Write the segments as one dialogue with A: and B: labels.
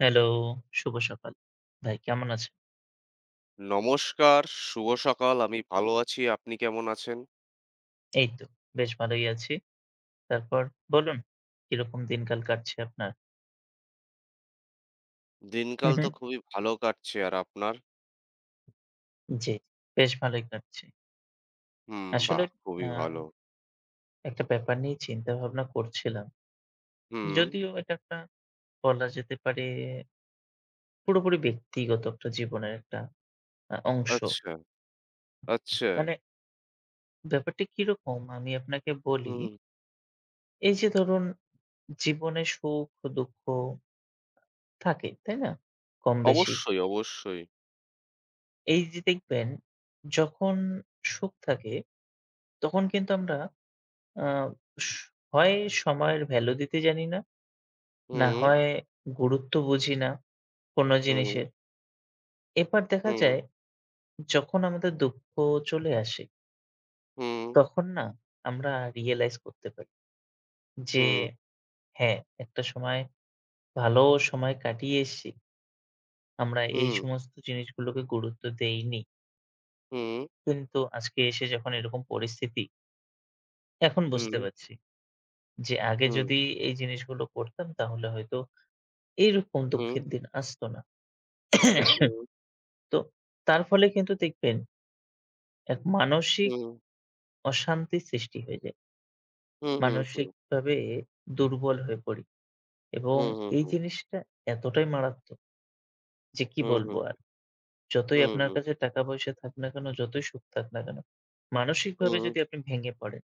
A: Hello, শুভ সকাল। ভাই কেমন আছেন?
B: নমস্কার, শুভ সকাল। আমি ভালো আছি। আপনি কেমন আছেন?
A: এই তো বেশ ভালোই আছি। তারপর বলুন কিরকম দিনকাল কাটছে আপনার? হু,
B: দিনকাল
A: হু।
B: তো খুবই ভালো কাটছে। আর আপনার?
A: জি, বেশ ভালোই কাটছে।
B: হুম,
A: আসলে
B: বাহ!
A: আ
B: খুবই ভালো।
A: একটা ব্যাপার নিয়ে চিন্তা ভাবনা করছিলাম।
B: হুম,
A: যদিও এটা একটা বলা যেতে পারে পুরোপুরি ব্যক্তিগত একটা জীবনের একটা অংশ।
B: আচ্ছা, আচ্ছা।
A: মানে ব্যাপারটা কিরকম আমি আপনাকে বলি।
B: হুম,
A: এই যে ধরুন জীবনে সুখ-দুঃখ থাকে, তাই না? কম বেশি।
B: অবশ্যই, অবশ্যই।
A: এই যে দেখবেন যখন সুখ থাকে তখন কিন্তু আমরা আ স হয় সময়ের ভ্যালু দিতে জানি না, না
B: হুম,
A: হয় গুরুত্ব বুঝি না কোনো
B: হুম,
A: জিনিসের। এবার দেখা
B: হুম,
A: যায় যখন আমাদের দুঃখ চলে আসে
B: হুম,
A: তখন না আমরা রিয়ালাইজ করতে পারি যে
B: হুম,
A: হ্যাঁ, একটা সময় ভালো সময় কাটিয়ে এসেছি। আমরা এই
B: হুম,
A: সমস্ত জিনিসগুলোকে গুরুত্ব দেইনি।
B: হুম,
A: কিন্তু আজকে এসে যখন এরকম পরিস্থিতি এখন
B: হুম,
A: বুঝতে পারছি। যে আগে
B: হুম,
A: যদি এই জিনিসগুলো করতাম তাহলে হয়তো এইরকম
B: হুম,
A: দুঃখের দিন আসতো না।
B: হুম,
A: তো তার ফলে কিন্তু দেখবেন এক মানসিক
B: হুম,
A: অশান্তির সৃষ্টি হয়ে যায়।
B: হুম, হুম, হুম,
A: মানসিকভাবে দুর্বল হয়ে পড়ি এবং
B: হুম, হুম,
A: এই জিনিসটা এতটাই মারাত্মক যে কি
B: হুম,
A: বলবো
B: হুম, হুম,
A: আর। যতই
B: হুম,
A: আপনার
B: হুম,
A: কাছে টাকা-পয়সা থাক না কেন, যতই সুখ থাক না কেন, মানসিকভাবে যদি আপনি ভেঙে পড়েন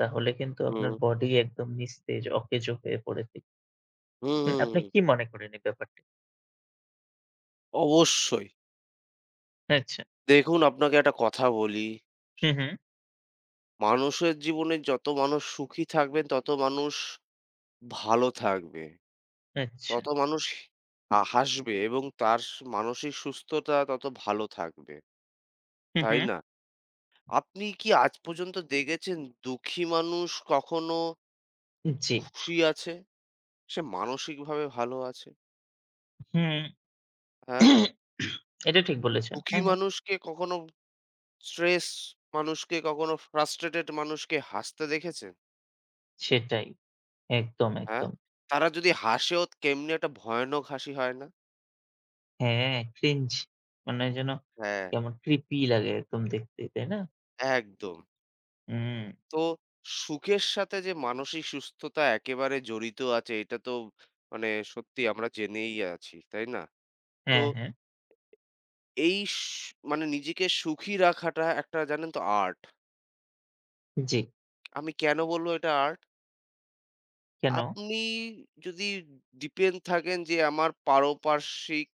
A: তাহলে কিন্তু আপনার
B: হুম,
A: বডি একদম নিস্তেজ, অকেজো হয়ে পড়ে থাকবে।
B: হুম,
A: মানে আপনি
B: হুম।
A: কি মনে করেন এই ব্যাপারটি?
B: অবশ্যই।
A: আচ্ছা।
B: দেখুন, আপনাকে একটা কথা বলি।
A: হু, হু।
B: মানুষের জীবনে যত মানুষ সুখী থাকবেন, তত মানুষ ভালো থাকবে।
A: আচ্ছা।
B: তত মানুষ হাসবে এবং তার মানসিক সুস্থতা তত ভালো থাকবে।
A: হুম,
B: তাই
A: হুম।
B: না? আপনি কি আজ পর্যন্ত দেখেছেন দুঃখী মানুষ কখনো
A: জি।
B: খুশি আছে? সে মানসিকভাবে ভালো আছে।
A: হুম।
B: হ্যাঁ?
A: এটা ঠিক বলেছেন।
B: দুঃখী
A: হ্যাঁ, হ্যাঁ।
B: মানুষকে কখনো স্ট্রেস মানুষকে কখনো ফ্রাস্ট্রেটেড মানুষকে হাসতে দেখেছেন?
A: সেটাই। একদম,
B: হ্যাঁ?
A: একদম।
B: তারা যদি হাসেও কেমনি একটা ভয়ানক হাসি হয় না?
A: হ্যাঁ, ক্রিঞ্জ মানে যেন
B: হ্যাঁ,
A: কেমন creepy লাগে একদম দেখতে, তাই না?
B: একদম।
A: হুম।
B: তো সুখের সাথে যে মানসিক সুস্থতা একেবারে জড়িত আছে এটা তো মানে সত্যি আমরা জেনেই আছি, তাই না? তো
A: হ্যাঁ, হ্যাঁ।
B: এই মানে নিজেকে সুখী রাখাটা একটা জানেন তো আর্ট।
A: জি।
B: আমি কেন বলব এটা আর্ট?
A: কেন?
B: আপনি যদি ডিপেন্ড থাকেন যে আমার পারপার্শ্বিক,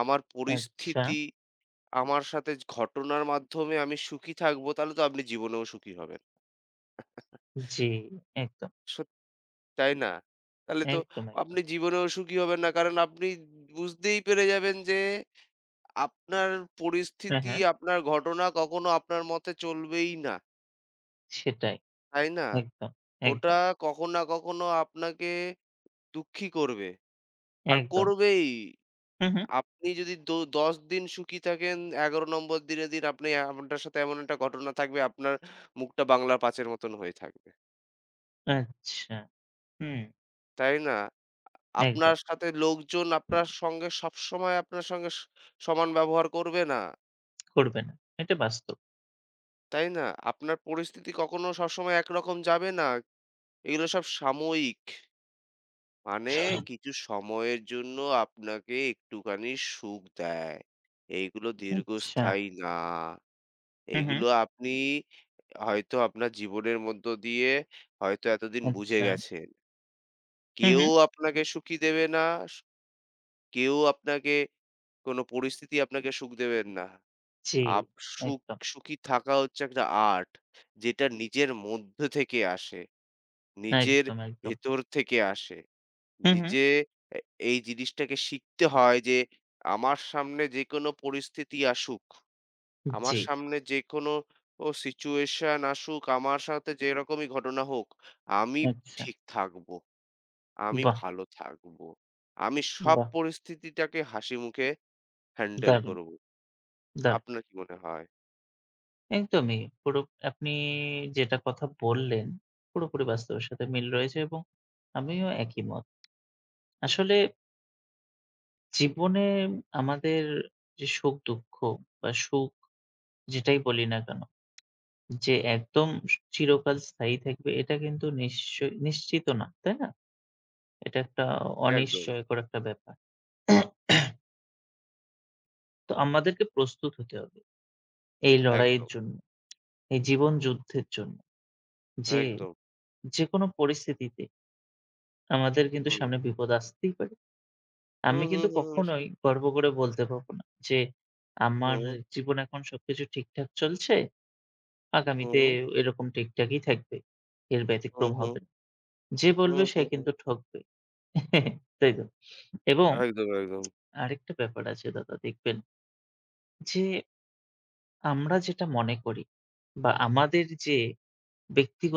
B: আমার
A: আচ্ছা।
B: পরিস্থিতি, আমার সাথে ঘটনার মাধ্যমে আমি সুখী থাকবো তাহলে তো আপনি জীবনেও সুখী হবেন।
A: জি, একদম,
B: তাই না? তাহলে তো
A: একদম, একদম।
B: আপনি জীবনেও সুখী হবেন না। কারণ আপনি বুঝতেই পেরে যাবেন যে আপনার
A: হ্যাঁ,
B: পরিস্থিতি,
A: হ্যাঁ।
B: আপনার ঘটনা কখনো আপনার মতে চলবেই না।
A: সেটাই।
B: তাই না?
A: একদম,
B: ওটা
A: একদম,
B: কখনো না কখনো আপনাকে দুঃখী করবে। আর
A: একদম।
B: করবেই।
A: হুম, হুম।
B: আপনি যদি ১০ দিন সুখী থাকেন, ১১ নম্বর দিনের দিন আপনি আপনার সাথে এমন একটা ঘটনা থাকবে আপনার মুখটা বাংলার পাঁচের মতন হয়ে থাকবে।
A: আচ্ছা। হুম,
B: তাই না? আপনার
A: একদম।
B: সাথে লোকজন আপনার সঙ্গে সবসময় আপনার সঙ্গে সমান ব্যবহার করবে না,
A: করবে না। এটা বাস্তব।
B: তাই না? আপনার পরিস্থিতি কখনো সবসময় একরকম যাবে না। এগুলো সব সাময়িক। মানে কিছু সময়ের জন্য আপনাকে একটুখানি সুখ দেয়। এইগুলো
A: আচ্ছা।
B: দীর্ঘস্থায়ী না।
A: হুম, হুম।
B: এইগুলো আপনি হয়তো আপনার জীবনের মধ্য দিয়ে হয়তো এতদিন বুঝে
A: আচ্ছা।
B: গেছেন।
A: হুম,
B: কেউ
A: হুম।
B: আপনাকে সুখী দেবে না। স কেউ আপনাকে কোনো পরিস্থিতি আপনাকে সুখ দেবেন না।
A: জি,
B: আপ সুখ
A: একদম।
B: সুখী থাকা হচ্ছে একটা আর্ট। যেটা নিজের মধ্য থেকে আসে। নিজের
A: একদম, একদম।
B: ভেতর থেকে আসে।
A: হুম, হুম।
B: নিজে এ এই জিনিসটাকে শিখতে হয় যে আমার সামনে যেকোনো পরিস্থিতি আসুক, আমার
A: জি,
B: সামনে যেকোনো সিচুয়েশন আসুক, আমার সাথে যেরকমই ঘটনা হোক, আমি
A: আচ্ছা।
B: ঠিক থাকবো। আমি
A: বাহ!
B: ভালো থাকবো। আমি সব
A: বাহ!
B: পরিস্থিতিটাকে হাসিমুখে হ্যান্ডেল
A: দারুণ,
B: করবো।
A: দারুণ।
B: আপনার কি মনে হয়?
A: একদমই পুরো আপনি যেটা কথা বললেন, পুরোপুরি বাস্তবের সাথে মিল রয়েছে এবং আমিও একই মত। আসলে জীবনে আমাদের যে সুখ-দুঃখ বা সুখ যেটাই বলি না কেন, যে একদম চিরকাল স্থায়ী থাকবে এটা কিন্তু নিশ্চিত না, তাই না? এটা একটা
B: একদম,
A: অনিশ্চয়কর একটা ব্যাপার। তো আমাদেরকে প্রস্তুত হতে হবে এই লড়াইয়ের
B: একদম।
A: জন্য। এই জীবন যুদ্ধের জন্য। যে
B: একদম।
A: যেকোনো পরিস্থিতিতে আমাদের কিন্তু
B: হুম।
A: সামনে বিপদ আসতেই পারে।
B: হুম,
A: আমি
B: হুম,
A: কিন্তু
B: হুম,
A: কখনোই গর্ব করে বলতে পারবো না যে আমার
B: হুম,
A: জীবন এখন সবকিছু ঠিকঠাক চলছে।
B: হুম,
A: আগামীতে
B: হুম,
A: এরকম ঠিকঠাকই থাকবে। এর
B: হুম,
A: ব্যতিক্রম
B: হুম,
A: হবে না। যে বলবে
B: হুম,
A: সে
B: হুম।
A: কিন্তু ঠকবে। তাই তো? এবং
B: একদম, একদম।
A: আরেকটা ব্যাপার আছে দাদা দেখবেন যে আমরা যেটা মনে করি বা আমাদের যে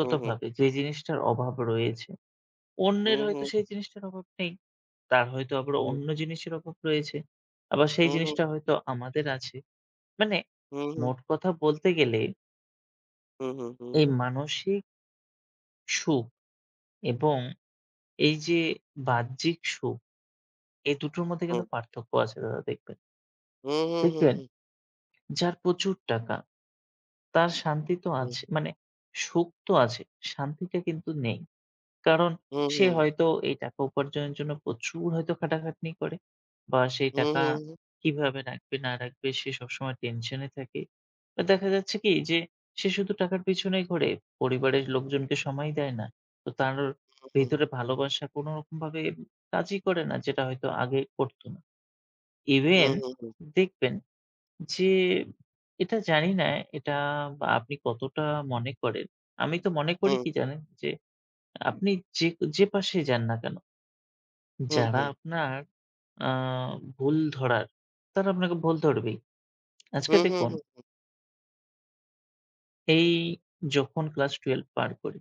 B: হুম, হুম,
A: যে জিনিসটার অভাব রয়েছে
B: হুম,
A: অন্যের হয়তো
B: হুম,
A: সেই জিনিসটার অভাব নেই। তার হয়তো আবার
B: হুম,
A: অন্য জিনিসের অভাব রয়েছে। আবার সেই
B: হুম,
A: জিনিসটা হয়তো আমাদের আছে। মানে
B: হুম, হুম, হুম, হুম,
A: মোট কথা বলতে গেলে এই মানসিক সুখ এবং এই যে বাহ্যিক সুখ এই দুটোর
B: হুম,
A: মধ্যে
B: হুম,
A: কিন্তু
B: হুম,
A: পার্থক্য আছে দাদা দেখবেন।
B: হুম, হুম,
A: দেখবেন যার প্রচুর টাকা তার শান্তি তো
B: হুম, হুম,
A: আছে মানে সুখ তো আছে, শান্তিটা কিন্তু নেই। কারণ সে হয়তো এই টাকা উপার্জনের জন্য প্রচুর হয়তো খাটাখাটনি করে বা সেই
B: হুম, হুম,
A: টাকা
B: হুম, হুম, হুম, হুম, হুম, হুম, হুম, হুম,
A: কিভাবে রাখবে না রাখবে সে সবসময় টেনশনে থাকে। তো দেখা যাচ্ছে কি যে সে শুধু টাকার পিছনেই ঘোরে। পরিবারের লোকজনকে সময় দেয় না। তো তার ভেতরে ভালোবাসা কোনরকমভাবে কাজই করে না যেটা হয়তো আগে করত না। ইভেন
B: হুম,
A: দেখবেন যে এটা জানি না এটা বা আপনি কতটা মনে করেন। আমি তো মনে
B: হুম, হুম,
A: করি
B: হুম,
A: কি
B: হুম,
A: জানেন? যে আপনি যে যে পাশেই যান না কেন, যারা আপনার আ ভুল ধরার, তারা আপনাকে ভুল ধরবেই। আজকে দেখুন, এই যখন ক্লাস 12 পার করি,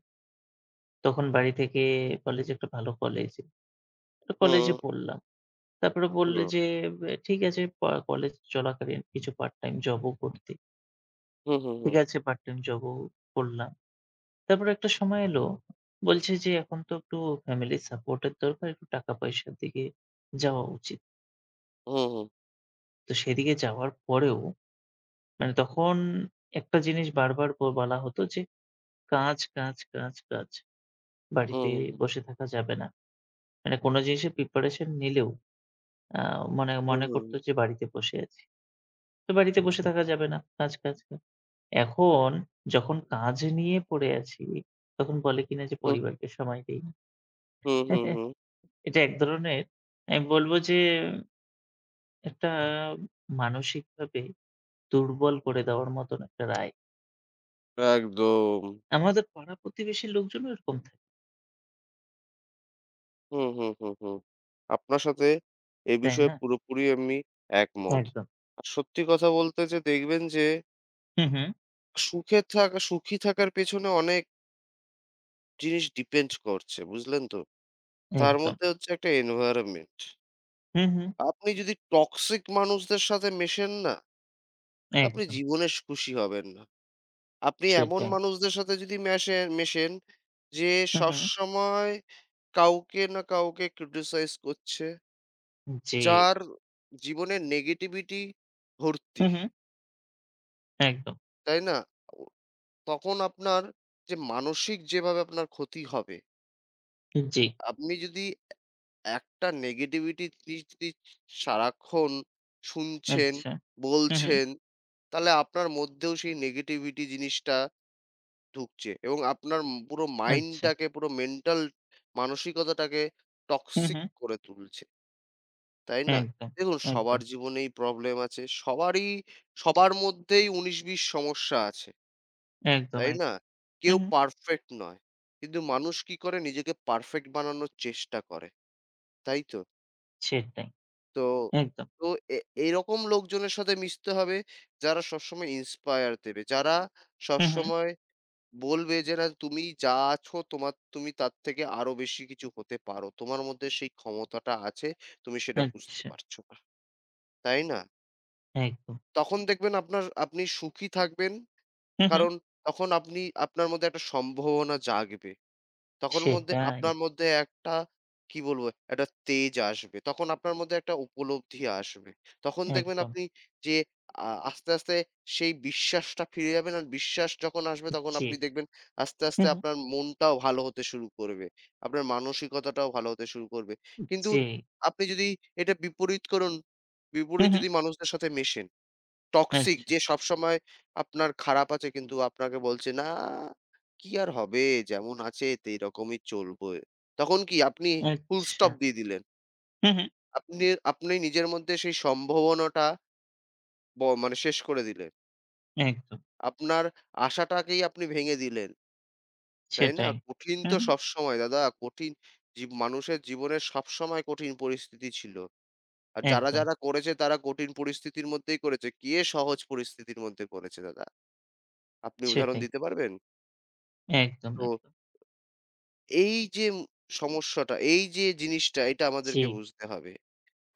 A: তখন বাড়ি থেকে কলেজ একটা ভালো কলেজে একটা কলেজে পড়লাম। তারপরে বলল যে, "এ ঠিক আছে কলেজ চলাকালীন কিছু পার্ট টাইম জবও করতে।"
B: হুম, হুম, হুম,
A: ঠিক
B: হুম,
A: আছে পার্ট টাইম জবও করলাম। তারপরে একটা সময় এলো, বলছে যে, "এখন তো একটু ফ্যামিলির সাপোর্ট এর দরকার, একটু টাকা পয়সার দিকে যাওয়া উচিত।" তো সেদিকে যাওয়ার পরেও মানে তখন একটা জিনিস বারবার বলা হতো যে, "কাজ, কাজ, কাজ, কাজ। বাড়িতে বসে থাকা যাবে না।" মানে কোন জিনিসের প্রিপারেশন নিলেও আ মনে
B: হুম, হুম,
A: মনে
B: হুম,
A: করত
B: হুম,
A: যে বাড়িতে বসে আছি। তো বাড়িতে বসে থাকা যাবে না। কাজ, কাজ, কাজ। এখন যখন কাজ নিয়ে পড়ে আছি, তখন বলে কিনা যে পরিবারকে সময় দেই না।
B: হুম, হুম, হুম, হুম,
A: এটা এক ধরনের আমি বলব যে একটা মানসিকভাবে দুর্বল করে দেওয়ার মতন একটা রায়।
B: একদম।
A: আমাদের পাড়া-প্রতিবেশীর লোকজনও এরকম থাকে,
B: হুম, হুম, হুম, হুম। আপনার সাথে এ
A: তাই
B: বিষয়ে
A: না?
B: পুরোপুরি আমি একমত।
A: একদম।
B: আর সত্যি কথা বলতে যে দেখবেন যে
A: হু, হু।
B: সুখে থাকা সুখী থাকার পেছনে অনেক জিনিস ডিপেন্ড করছে, বুঝলেন তো? তার
A: একদম।
B: মধ্যে হচ্ছে একটা environment.
A: হু, হু।
B: আপনি যদি টক্সিক মানুষদের সাথে মেশেন না, আপনি
A: একদম।
B: জীবনে খুশি হবেন না। আপনি এমন
A: সেটাই।
B: মানুষদের সাথে যদি মেশেন যে
A: হু, হু।
B: সবসময় কাউকে না কাউকে criticize করছে
A: জি।
B: যার জীবনে নেগেটিভিটি ভর্তি,
A: হু, হু। একদম।
B: তাই না? ও তখন আপনার যে মানসিক যেভাবে আপনার ক্ষতি হবে,
A: জি।
B: আপনি যদি একটা নেগেটিভিটি সারাক্ষণ শুনছেন,
A: আচ্ছা। হু, হু।
B: বলছেন, তাহলে আপনার মধ্যেও সেই নেগেটিভিটি জিনিসটা ঢুকছে এবং আপনার পুরো
A: আচ্ছা।
B: মাইন্ডটাকে পুরো মেন্টাল মানসিকতাটাকে
A: হু,
B: টক্সিক
A: হু।
B: করে তুলছে। তাই না?
A: একদম,
B: দেখুন সবার
A: একদম,
B: জীবনেই প্রবলেম আছে। সবারই সবার মধ্যেই ১৯-২০ সমস্যা আছে।
A: একদম,
B: তাই
A: এক
B: না?
A: হু,
B: কেউ
A: হু।
B: পারফেক্ট নয়। কিন্তু মানুষ কি করে নিজেকে পারফেক্ট বানানোর চেষ্টা করে। তাই তো?
A: সেটাই।
B: তো
A: একদম।
B: তো এ এরকম লোকজনের সাথে মিশতে হবে যারা সবসময় ইন্সপায়ার দেবে। যারা
A: হু, হু।
B: সবসময় বলবে যে না তুমি যা আছো তুমি তার থেকে আরো বেশি কিছু হতে পারো। তোমার মধ্যে সেই ক্ষমতাটা আছে। তুমি সেটা বুঝতে
A: আচ্ছা।
B: পারছো না। তাই না?
A: একদম।
B: তখন দেখবেন আপনি সুখী থাকবেন।
A: হু, হু।
B: কারণ তখন আপনি আপনার মধ্যে একটা সম্ভাবনা জাগবে। তখন
A: সেটাই।
B: আপনার মধ্যে একটা কি বলবো? একটা তেজ আসবে। তখন আপনার মধ্যে একটা উপলব্ধি আসবে। তখন দেখবেন
A: একদম।
B: আপনি যে আ আস্তে, আস্তে সেই বিশ্বাসটা ফিরে যাবেন। আর বিশ্বাস যখন আসবে তখন
A: জি।
B: আপনি দেখবেন আস্তে,
A: হু,
B: আস্তে
A: হু।
B: আপনার মনটাও ভালো হতে শুরু করবে। আপনার মানসিকতাটাও ভালো হতে শুরু করবে। কিন্তু
A: জি।
B: আপনি যদি এটা বিপরীত করুন,
A: হু,
B: বিপরীত
A: হু।
B: যদি মানুষদের সাথে মেশেন টক্সিক
A: আচ্ছা,
B: যে সবসময় আপনার খারাপ আছে কিন্তু আপনাকে বলছে, "না, কি আর হবে? যেমন আছে এরকমই চলবো।" তখন কি আপনি ফুল
A: আচ্ছা।
B: স্টপ দিয়ে দিলেন।
A: হু, হু।
B: আপনি আপনি নিজের মধ্যে সেই সম্ভাবনাটা মানে শেষ করে দিলেন।
A: একদম।
B: আপনার আশাটাকেই আপনি ভেঙে দিলেন। তাই না?
A: সেটাই।
B: কঠিন
A: হু,
B: তো
A: হু।
B: সবসময় দাদা, কঠিন মানুষের জীবনে সবসময় কঠিন পরিস্থিতি ছিল। আর
A: একদম।
B: যারা করেছে তারা কঠিন পরিস্থিতির মধ্যেই করেছে। কে সহজ পরিস্থিতির মধ্যে করেছে দাদা? আপনি উদাহরণ
A: সেটাই।
B: দিতে পারবেন?
A: একদম,
B: তো
A: একদম।
B: এই যে সমস্যাটা, এই যে জিনিসটা এটা
A: জি।
B: আমাদেরকে বুঝতে হবে।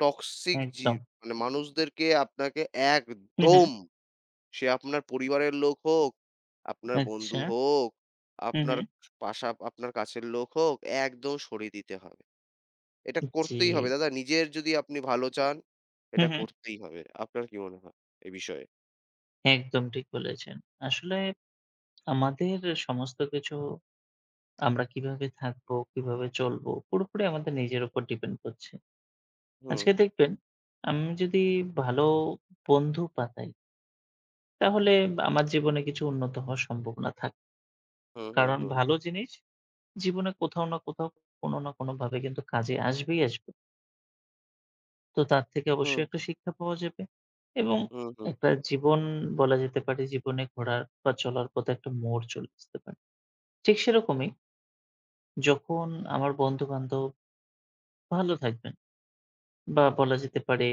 B: টক্সিক
A: একদম।
B: মানে মানুষদেরকে আপনাকে
A: হু, হু।
B: একদম সে আপনার পরিবারের লোক হোক, আপনার বন্ধু
A: আচ্ছা।
B: হোক,
A: হু, হু।
B: আপনার আপনার কাছের লোক হোক, একদম সরিয়ে দিতে হবে। এটা
A: জি।
B: করতেই হবে দাদা নিজের যদি আপনি ভালো চান,
A: হু,
B: এটা
A: হু।
B: করতেই হবে। আপনার কি মনে হয় এ বিষয়ে?
A: একদম ঠিক বলেছেন। আসলে আমাদের সমস্ত কিছু আমরা কিভাবে থাকবো, কিভাবে চলবো পুরোপুরি আমাদের নিজের উপর ডিপেন্ড করছে।
B: হুম,
A: আজকে দেখবেন আমি যদি ভালো বন্ধু পাতাই তাহলে আমার জীবনে কিছু উন্নত হওয়ার সম্ভাবনা থাকে।
B: হুম, হুম,
A: কারণ
B: হুম,
A: ভালো জিনিস জীবনে কোথাও না কোথাও কোনো না কোনোভাবে কিন্তু কাজে আসবেই আসবে। তো তার থেকে
B: হুম,
A: অবশ্যই একটা শিক্ষা পাওয়া যাবে এবং
B: হুম, হুম,
A: একটা জীবন বলা যেতে পারে জীবনে ঘোরার বা চলার পথে একটা মোড় চলে আসতে পারে। ঠিক সেরকমই যখন আমার বন্ধু-বান্ধব ভালো থাকবেন বা বলা যেতে পারে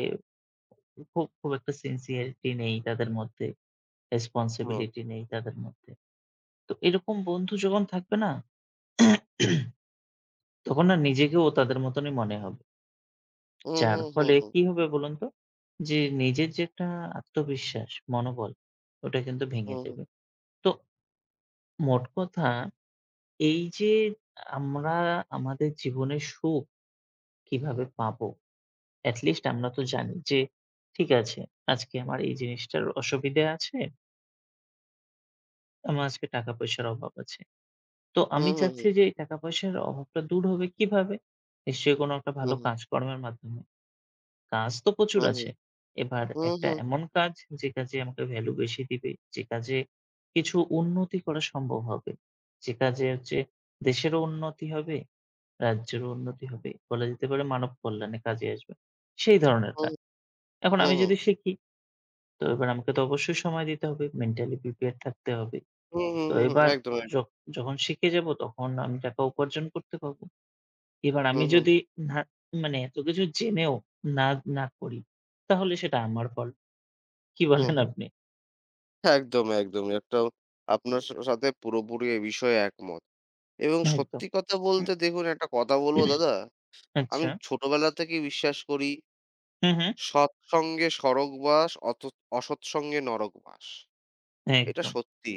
A: খুব, খুব একটা sincerity নেই তাদের মধ্যে,
B: হুম,
A: responsibility নেই তাদের মধ্যে। তো এরকম বন্ধু যখন থাকবে না তখন না নিজেকেও তাদের মতনই মনে হবে।
B: হুম,
A: যার
B: হুম, হুম,
A: ফলে
B: হুম,
A: কি হবে বলুন তো? যে নিজের যে একটা আত্মবিশ্বাস, মনোবল ওটা কিন্তু ভেঙে
B: হুম,
A: যাবে। তো মোট কথা এই যে আমরা আমাদের জীবনে সুখ কিভাবে পাবো? at least আমরা তো জানি যে ঠিক আছে, আজকে আমার এই জিনিসটার অসুবিধে আছে, আমার আজকে টাকা-পয়সার অভাব আছে। তো আমি
B: হুম, হুম,
A: চাচ্ছি
B: হুম,
A: যে এই টাকা-পয়সার অভাবটা দূর হবে কিভাবে? নিশ্চয়ই কোনো একটা
B: হুম,
A: ভালো
B: হুম,
A: কাজকর্মের মাধ্যমে। কাজ তো প্রচুর
B: হুম, হুম।
A: আছে। এবার
B: হুম,
A: একটা
B: হুম,
A: এমন কাজ যে কাজে আমাকে ভ্যালু বেশি দিবে, যে কাজে কিছু উন্নতি করা সম্ভব হবে, যে কাজে হচ্ছে দেশেরও উন্নতি হবে রাজ্যের উন্নতি হবে। বলা যেতে পারে মানব কল্যাণে কাজে আসবে। সেই ধরনের
B: হুম,
A: কাজ। এখন আমি
B: হুম,
A: যদি শিখি, তো এবার আমাকে তো অবশ্যই সময় দিতে হবে। মেন্টালি প্রিপেয়ার থাকতে হবে।
B: হুম, হুম,
A: তো
B: হুম, হুম,
A: এবার
B: একদম,
A: য যখন শিখে যাব তখন আমি টাকা উপার্জন করতে পারব। এবার
B: হুম,
A: আমি
B: হুম,
A: যদি না মানে এত কিছু জেনেও না, না করি তাহলে সেটা আমার ফল্ট। কি
B: হুম,
A: বলেন
B: হুম,
A: আপনি?
B: একদম, একদম। আপনার সাথে পুরোপুরি এ বিষয়ে একমত। এবং
A: একদম।
B: সত্যি কথা বলতে দেখুন একটা কথা বলবো দাদা, আমি
A: আচ্ছা।
B: ছোটবেলা থেকেই বিশ্বাস করি
A: হু, হু।
B: সৎ সঙ্গে স্বর্গ বাস, অসৎ সঙ্গে নরক বাস। এটা
A: একদম,
B: সত্যি।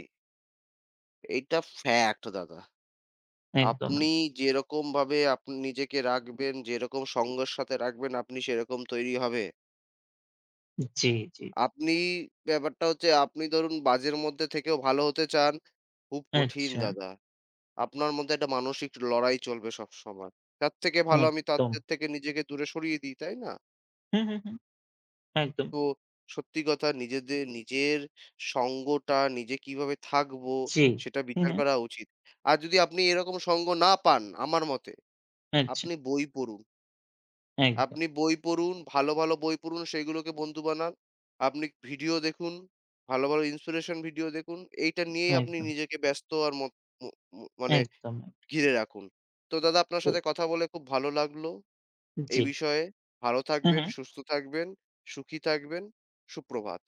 B: এইটা ফ্যাক্ট দাদা।
A: একদম,
B: আপনি
A: একদম।
B: যেরকমভাবে আপনি নিজেকে রাখবেন, যেরকম সঙ্গের সাথে রাখবেন আপনি সেরকম তৈরি হবে।
A: জি, জি, জি।
B: আপনি ব্যাপারটা হচ্ছে আপনি ধরুন বাজের মধ্যে থেকেও ভালো হতে চান, খুব কঠিন
A: আচ্ছা।
B: দাদা। আপনার মধ্যে একটা মানসিক লড়াই চলবে সবসময়। তার থেকে ভালো আমি
A: একদম।
B: তাদের থেকে নিজেকে দূরে সরিয়ে দিই, তাই না?
A: হু, হু, হু। একদম।
B: তো সত্যি কথা নিজের সঙ্গটা নিজে কিভাবে থাকবো
A: জি।
B: সেটা
A: হু,
B: বিচার
A: হু।
B: করা উচিত। আর যদি আপনি এরকম সঙ্গ না পান আমার মতে,
A: আচ্ছা।
B: আপনি বই পড়ুন।
A: একদম,
B: আপনি বই পড়ুন, ভালো, ভালো বই পড়ুন, সেইগুলোকে বন্ধু বানান। আপনি ভিডিও দেখুন, ভালো, ভালো inspiration ভিডিও দেখুন। এইটা নিয়েই আপনি
A: একদম,
B: নিজেকে ব্যস্ত আর মত ম ম মানে
A: একদম।
B: ঘিরে রাখুন। তো দাদা আপনার
A: তো
B: সাথে কথা বলে খুব ভালো লাগলো এই
A: জি।
B: বিষয়ে। ভালো
A: হ্যাঁ,
B: থাকবেন,
A: হ্যাঁ।
B: সুস্থ থাকবেন, সুখী থাকবেন। সুপ্রভাত।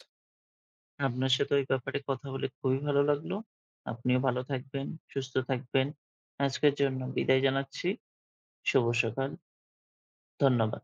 A: আপনার সাথে ওই ব্যাপারে কথা বলে খুবই ভালো লাগলো। আপনিও ভালো থাকবেন, সুস্থ থাকবেন। আজকের জন্য বিদায় জানাচ্ছি। শুভ সকাল। ধন্যবাদ।